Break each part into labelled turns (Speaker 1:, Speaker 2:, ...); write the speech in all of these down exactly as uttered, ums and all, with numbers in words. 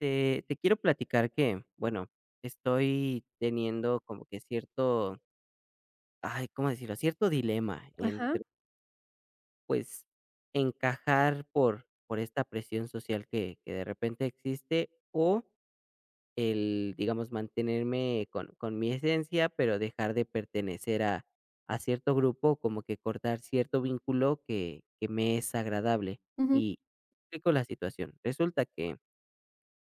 Speaker 1: Te, te quiero platicar que, bueno, estoy teniendo como que cierto, ay, ¿cómo decirlo? Cierto dilema
Speaker 2: Ajá.
Speaker 1: entre, pues, encajar por, por esta presión social que, que de repente existe o el, digamos, mantenerme con, con mi esencia, pero dejar de pertenecer a, a cierto grupo, como que cortar cierto vínculo que, que me es agradable.
Speaker 2: Ujú,
Speaker 1: Y explico la situación. Resulta que,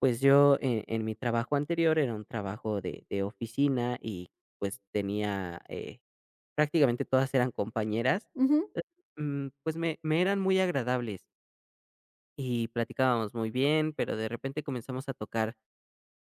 Speaker 1: pues, yo en, en mi trabajo anterior era un trabajo de, de oficina y pues tenía, eh, prácticamente todas eran compañeras.
Speaker 2: ujú.
Speaker 1: Mm, pues me, me eran muy agradables y platicábamos muy bien, pero de repente comenzamos a tocar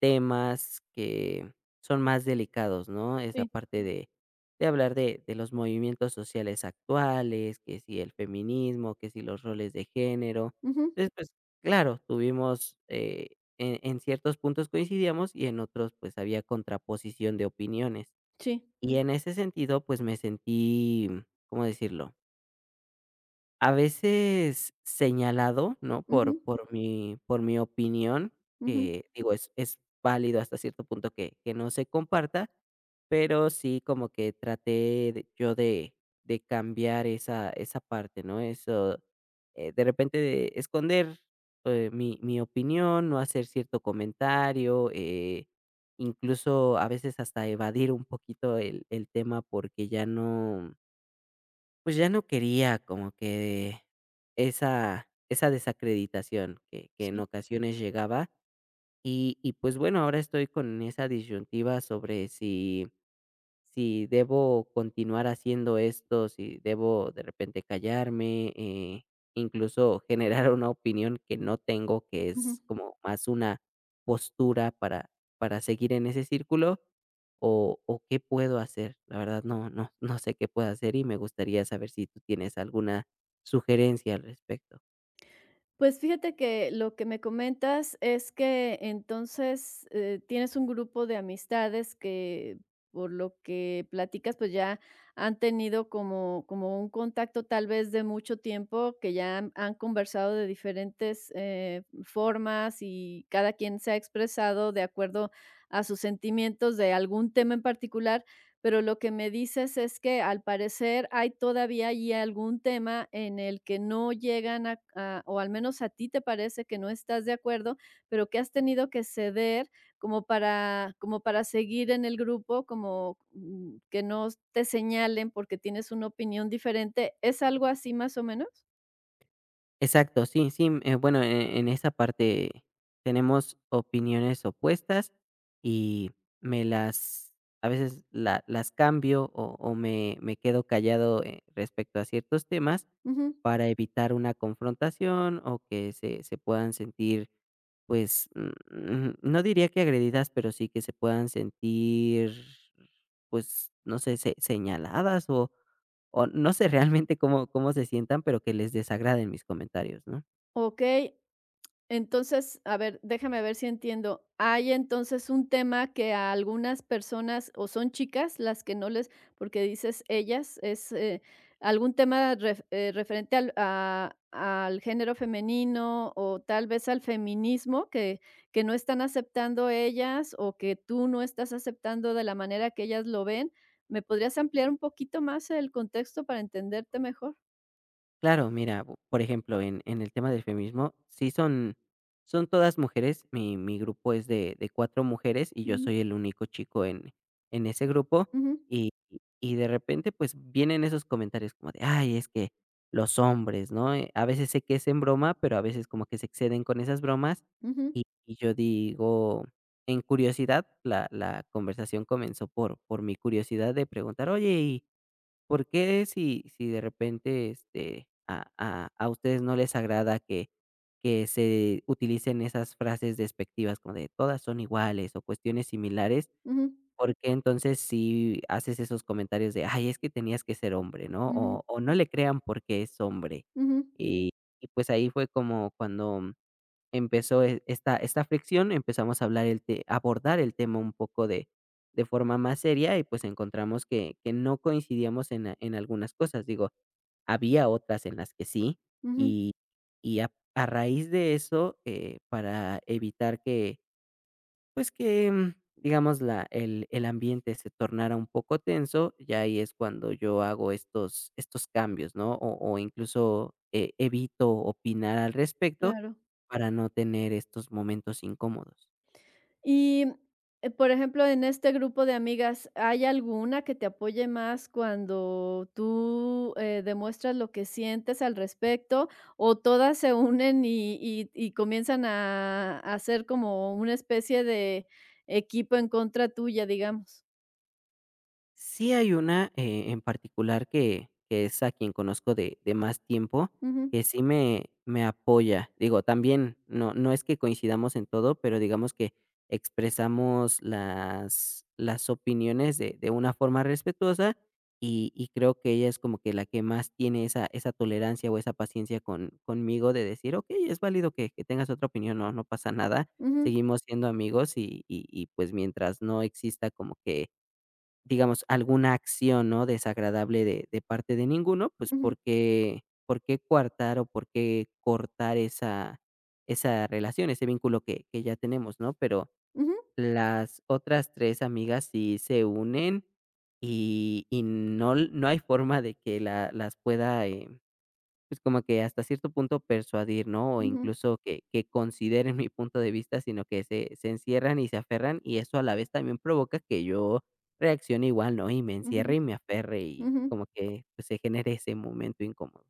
Speaker 1: temas que son más delicados, ¿no? Esa
Speaker 2: Sí,
Speaker 1: parte de, de hablar de, de los movimientos sociales actuales, que si el feminismo, que si los roles de género.
Speaker 2: ujú,
Speaker 1: Entonces, pues claro, tuvimos, eh, en, en ciertos puntos coincidíamos y en otros pues había contraposición de opiniones.
Speaker 2: sí,
Speaker 1: Y en ese sentido, pues me sentí, ¿cómo decirlo? A veces señalado, ¿no? Por
Speaker 2: ujú,
Speaker 1: por mi por mi opinión,
Speaker 2: ujú,
Speaker 1: que digo, es es válido hasta cierto punto que que no se comparta, pero sí como que traté de yo de de cambiar esa esa parte, ¿no? Eso, eh, de repente de esconder, eh, mi mi opinión, no hacer cierto comentario, eh, incluso a veces hasta evadir un poquito el el tema porque ya no pues ya no quería como que esa esa desacreditación que que en
Speaker 2: sí,
Speaker 1: ocasiones llegaba. Y y pues bueno, ahora estoy con esa disyuntiva sobre si si debo continuar haciendo esto, si debo de repente callarme, eh, incluso generar una opinión que no tengo, que
Speaker 2: ujú.
Speaker 1: es como más una postura para, para seguir en ese círculo, o, o qué puedo hacer. La verdad no, no, no sé qué puedo hacer y me gustaría saber si tú tienes alguna sugerencia al respecto.
Speaker 2: Pues fíjate que lo que me comentas es que entonces, eh, tienes un grupo de amistades que, por lo que platicas, pues ya han tenido como como un contacto tal vez de mucho tiempo, que ya han han conversado de diferentes, eh, formas y cada quien se ha expresado de acuerdo a sus sentimientos de algún tema en particular. Pero lo que me dices es que al parecer hay todavía allí algún tema en el que no llegan a, a- o al menos a ti te parece que no estás de acuerdo, pero que has tenido que ceder como para, como para seguir en el grupo, como mm, que no te señalen porque tienes una opinión diferente. ¿Es algo así más o menos?
Speaker 1: Exacto, sí, sí, mm, eh, bueno, e en esa parte tenemos opiniones opuestas y me las a veces la las cambio o o me me quedo callado, eh, respecto a ciertos temas
Speaker 2: Ujú.
Speaker 1: para evitar una confrontación o que se se puedan sentir, pues, mm, no diría que agredidas, pero sí que se puedan sentir, pues, no sé, se señaladas o o no sé realmente cómo cómo se sientan, pero que les desagraden mis comentarios, ¿no?
Speaker 2: Ok. Entonces, a ver, déjame ver si entiendo. Hay entonces un tema que a algunas personas, o son chicas las que no les, porque dices ellas, es eh, algún tema ref- eh, referente al, a- al género femenino o tal vez al feminismo que, que no están aceptando ellas o que tú no estás aceptando de la manera que ellas lo ven. ¿Me podrías ampliar un poquito más el contexto para entenderte mejor?
Speaker 1: Claro, mira, bu- por ejemplo, en, en el tema del feminismo, sí son, son todas mujeres, mi, mi grupo es de, de cuatro mujeres y yo
Speaker 2: Ujú,
Speaker 1: soy el único chico en, en ese grupo,
Speaker 2: ujú,
Speaker 1: y, y de repente pues vienen esos comentarios como de, ay, es que los hombres, ¿no? Eh, A veces sé que es en broma, pero a veces como que se exceden con esas bromas,
Speaker 2: ujú,
Speaker 1: y, y yo digo, en curiosidad, la, la conversación comenzó por, por mi curiosidad de preguntar, oye, ¿por qué si si de repente, este, a a a ustedes no les agrada que que se utilicen esas frases despectivas como de todas son iguales o cuestiones similares?
Speaker 2: ujú,
Speaker 1: ¿Por qué entonces si haces esos comentarios de: "Ay, es que tenías que ser hombre"? ¿No?
Speaker 2: ujú,
Speaker 1: O o no le crean porque es hombre.
Speaker 2: ujú,
Speaker 1: Y y pues ahí fue como cuando empezó e esta esta fricción. Empezamos a hablar el te abordar el tema un poco de de forma más seria y, pues, encontramos que que no coincidíamos en a en algunas cosas, digo, había otras en las que sí,
Speaker 2: ujú.
Speaker 1: y y a a raíz de eso, eh, para evitar que pues que, mm, digamos, la el el ambiente se tornara un poco tenso, ya ahí es cuando yo hago estos estos cambios, ¿no? O o incluso, eh, evito opinar al respecto
Speaker 2: Claro.
Speaker 1: para no tener estos momentos incómodos.
Speaker 2: Y, eh, por ejemplo, en este grupo de amigas, ¿hay alguna que te apoye más cuando tú, eh, demuestras lo que sientes al respecto, o todas se unen y y y comienzan a a hacer como una especie de equipo en contra tuya, digamos?
Speaker 1: Sí hay una, eh, en particular que que es a quien conozco de de más tiempo,
Speaker 2: Ujú,
Speaker 1: que sí me me apoya. Digo, también no no es que coincidamos en todo, pero digamos que expresamos las las opiniones de de una forma respetuosa, y y creo que ella es como que la que más tiene esa esa tolerancia o esa paciencia con conmigo de decir: "Okey, es válido que que tengas otra opinión, no no pasa nada".
Speaker 2: ujú,
Speaker 1: Seguimos siendo amigos y y y, pues, mientras no exista como que, digamos, alguna acción, ¿no?, desagradable de de parte de ninguno, pues,
Speaker 2: ujú,
Speaker 1: ¿por qué por qué coartar o por qué cortar esa esa relación, ese vínculo que que ya tenemos, ¿no? Pero
Speaker 2: ujú,
Speaker 1: las otras tres amigas sí se unen y y no no hay forma de que la las pueda, eh pues, como que hasta cierto punto persuadir, ¿no? O
Speaker 2: ujú,
Speaker 1: incluso que que consideren mi punto de vista, sino que se se encierran y se aferran, y eso a la vez también provoca que yo reaccione igual, ¿no? Y me
Speaker 2: ujú,
Speaker 1: encierre y me aferre, y
Speaker 2: ujú.
Speaker 1: como que, pues, se genere ese momento incómodo.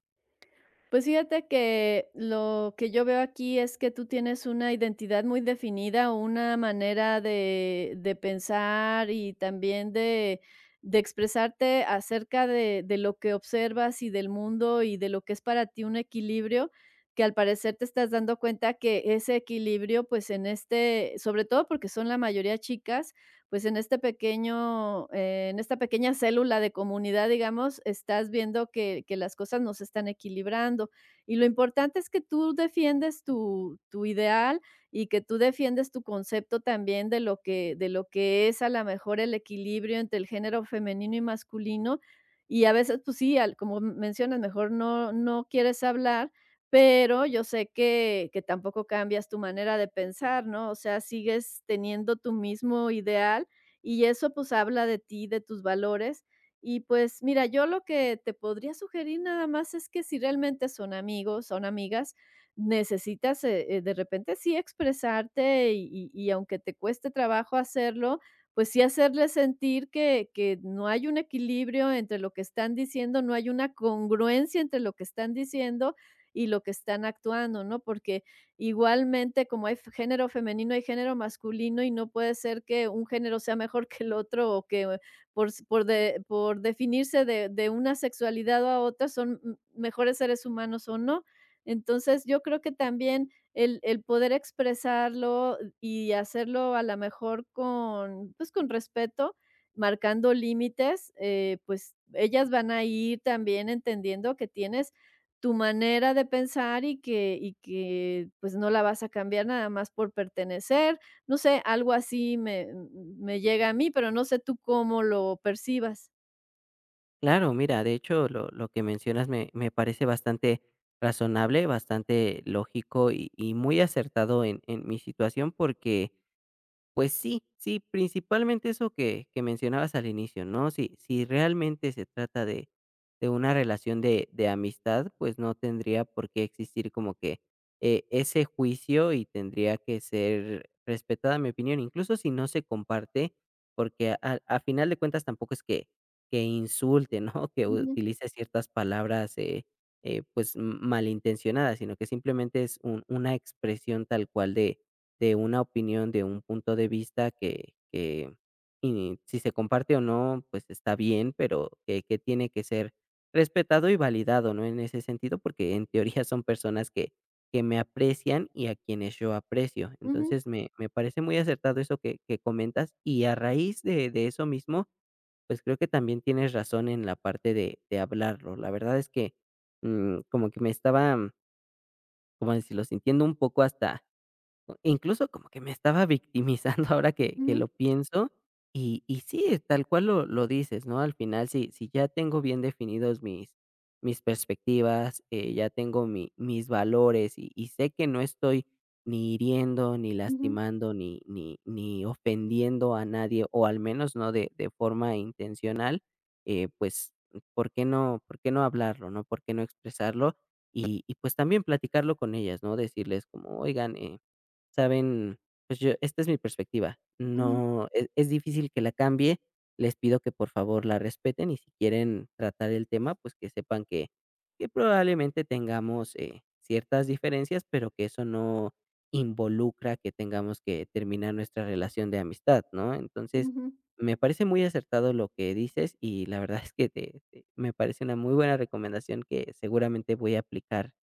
Speaker 2: Pues fíjate que lo que yo veo aquí es que tú tienes una identidad muy definida, una manera de, de pensar y también de, de expresarte acerca de, de lo que observas y del mundo y de lo que es para ti un equilibrio, que al parecer te estás dando cuenta que ese equilibrio, pues en este, sobre todo porque son la mayoría chicas, pues en este pequeño, eh, en esta pequeña célula de comunidad, digamos, estás viendo que, que las cosas no se están equilibrando. Y lo importante es que tú defiendes tu, tu ideal y que tú defiendes tu concepto también de lo que, de lo que es a lo mejor el equilibrio entre el género femenino y masculino. Y a veces, pues sí, al- como mencionas, mejor no, no quieres hablar, pero yo sé que que tampoco cambias tu manera de pensar, ¿no? O sea, sigues teniendo tu mismo ideal y eso, pues, habla de ti, de tus valores. Y, pues, mira, yo lo que te podría sugerir nada más es que si realmente son amigos, son amigas, necesitas, eh eh, de repente sí expresarte y y y aunque te cueste trabajo hacerlo, pues sí hacerles sentir que que no hay un equilibrio entre lo que están diciendo, no hay una congruencia entre lo que están diciendo y lo que están actuando, ¿no? Porque igualmente como hay género femenino, hay género masculino y no puede ser que un género sea mejor que el otro o que eh, por, s- por, de- por definirse de, de una sexualidad a otra son m- mejores seres humanos o no. Entonces yo creo que también el, el poder expresarlo y hacerlo a lo mejor con, pues, con respeto, marcando límites, eh, pues ellas van a ir también entendiendo que tiene tu manera de pensar y que y que, pues, no la vas a cambiar nada más por pertenecer. No sé, algo así me me llega a mí, pero no sé tú cómo lo percibas.
Speaker 1: Claro, mira, de hecho, lo lo que mencionas me me parece bastante razonable, bastante lógico y y muy acertado en en mi situación, porque pues sí, sí, principalmente eso que que mencionabas al inicio, ¿no? Si si realmente se trata de de una relación de de amistad, pues no tendría por qué existir como que, eh, ese juicio y tendría que ser respetada mi opinión, incluso si no se comparte, porque a a a final de cuentas tampoco es que que insulte, ¿no? Que
Speaker 2: Ujú,
Speaker 1: utilice ciertas palabras, eh eh, pues, m- malintencionadas, sino que simplemente es un una expresión tal cual de de una opinión, de un punto de vista que que, y si se comparte o no, pues está bien, pero que que tiene que ser respetado y validado, ¿no? En ese sentido, porque en teoría son personas que que me aprecian y a quienes yo aprecio.
Speaker 2: ujú,
Speaker 1: Entonces, me me parece muy acertado eso que que comentas y a raíz de de eso mismo, pues creo que también tienes razón en la parte de de hablarlo. La verdad es que, mm, como que me estaba, mm, como decirlo? Sintiendo un poco hasta incluso como que me estaba victimizando ahora que que
Speaker 2: ujú,
Speaker 1: lo pienso, y y sí, tal cual lo lo dices, ¿no? Al final, si si ya tengo bien definidos mis mis perspectivas, eh, ya tengo mi mis valores, y y sé que no estoy ni hiriendo, ni
Speaker 2: ujú,
Speaker 1: lastimando, ni ni ni ofendiendo a nadie, o al menos no de de forma intencional, eh, pues, ¿por qué no por qué no hablarlo? ¿No? ¿Por qué no expresarlo? Y y pues también platicarlo con ellas, ¿no? Decirles como: "Oigan, eh" saben, pues, yo, esta es mi perspectiva,
Speaker 2: ujú,
Speaker 1: no, es es difícil que la cambie, les pido que por favor la respeten y si quieren tratar el tema, pues, que sepan que que probablemente tengamos, eh, ciertas diferencias, pero que eso no involucra que tengamos que terminar nuestra relación de amistad, ¿no? Entonces,
Speaker 2: ujú.
Speaker 1: me parece muy acertado lo que dices y la verdad es que te te me parece una muy buena recomendación que seguramente voy a aplicar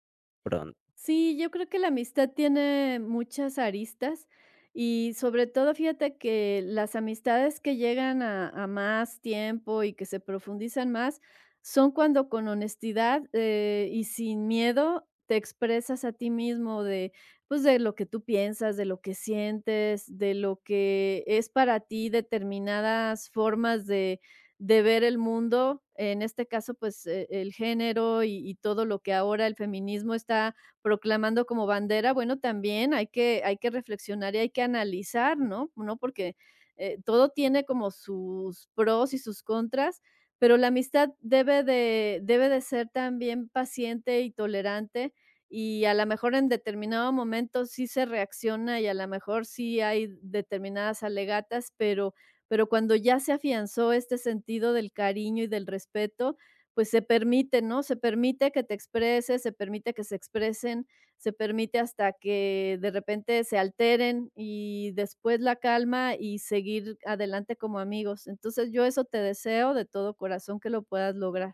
Speaker 1: pronto.
Speaker 2: Sí, yo creo que la amistad tiene muchas aristas y sobre todo fíjate que las amistades que llegan a, a más tiempo y que se profundizan más son cuando con honestidad eh, y sin miedo te expresas a ti mismo de, pues, de lo que tú piensas, de lo que sientes, de lo que es para ti determinadas formas de, de ver el mundo. En este caso, pues, eh, el género y y todo lo que ahora el feminismo está proclamando como bandera, bueno, también hay que, hay que reflexionar y hay que analizar, ¿no? ¿No? Porque eh, todo tiene como sus pros y sus contras, pero la amistad debe de, debe de ser también paciente y tolerante y a lo mejor en determinado momento sí se reacciona y a lo mejor sí hay determinadas alegatas, pero, pero cuando ya se afianzó este sentido del cariño y del respeto, pues se permite, ¿no? Se permite que te expreses, se permite que se expresen, se permite hasta que de repente se alteren y después la calma y seguir adelante como amigos. Entonces yo eso te deseo de todo corazón que lo puedas lograr.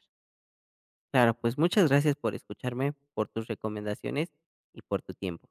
Speaker 1: Claro, pues muchas gracias por escucharme, por tus recomendaciones y por tu tiempo.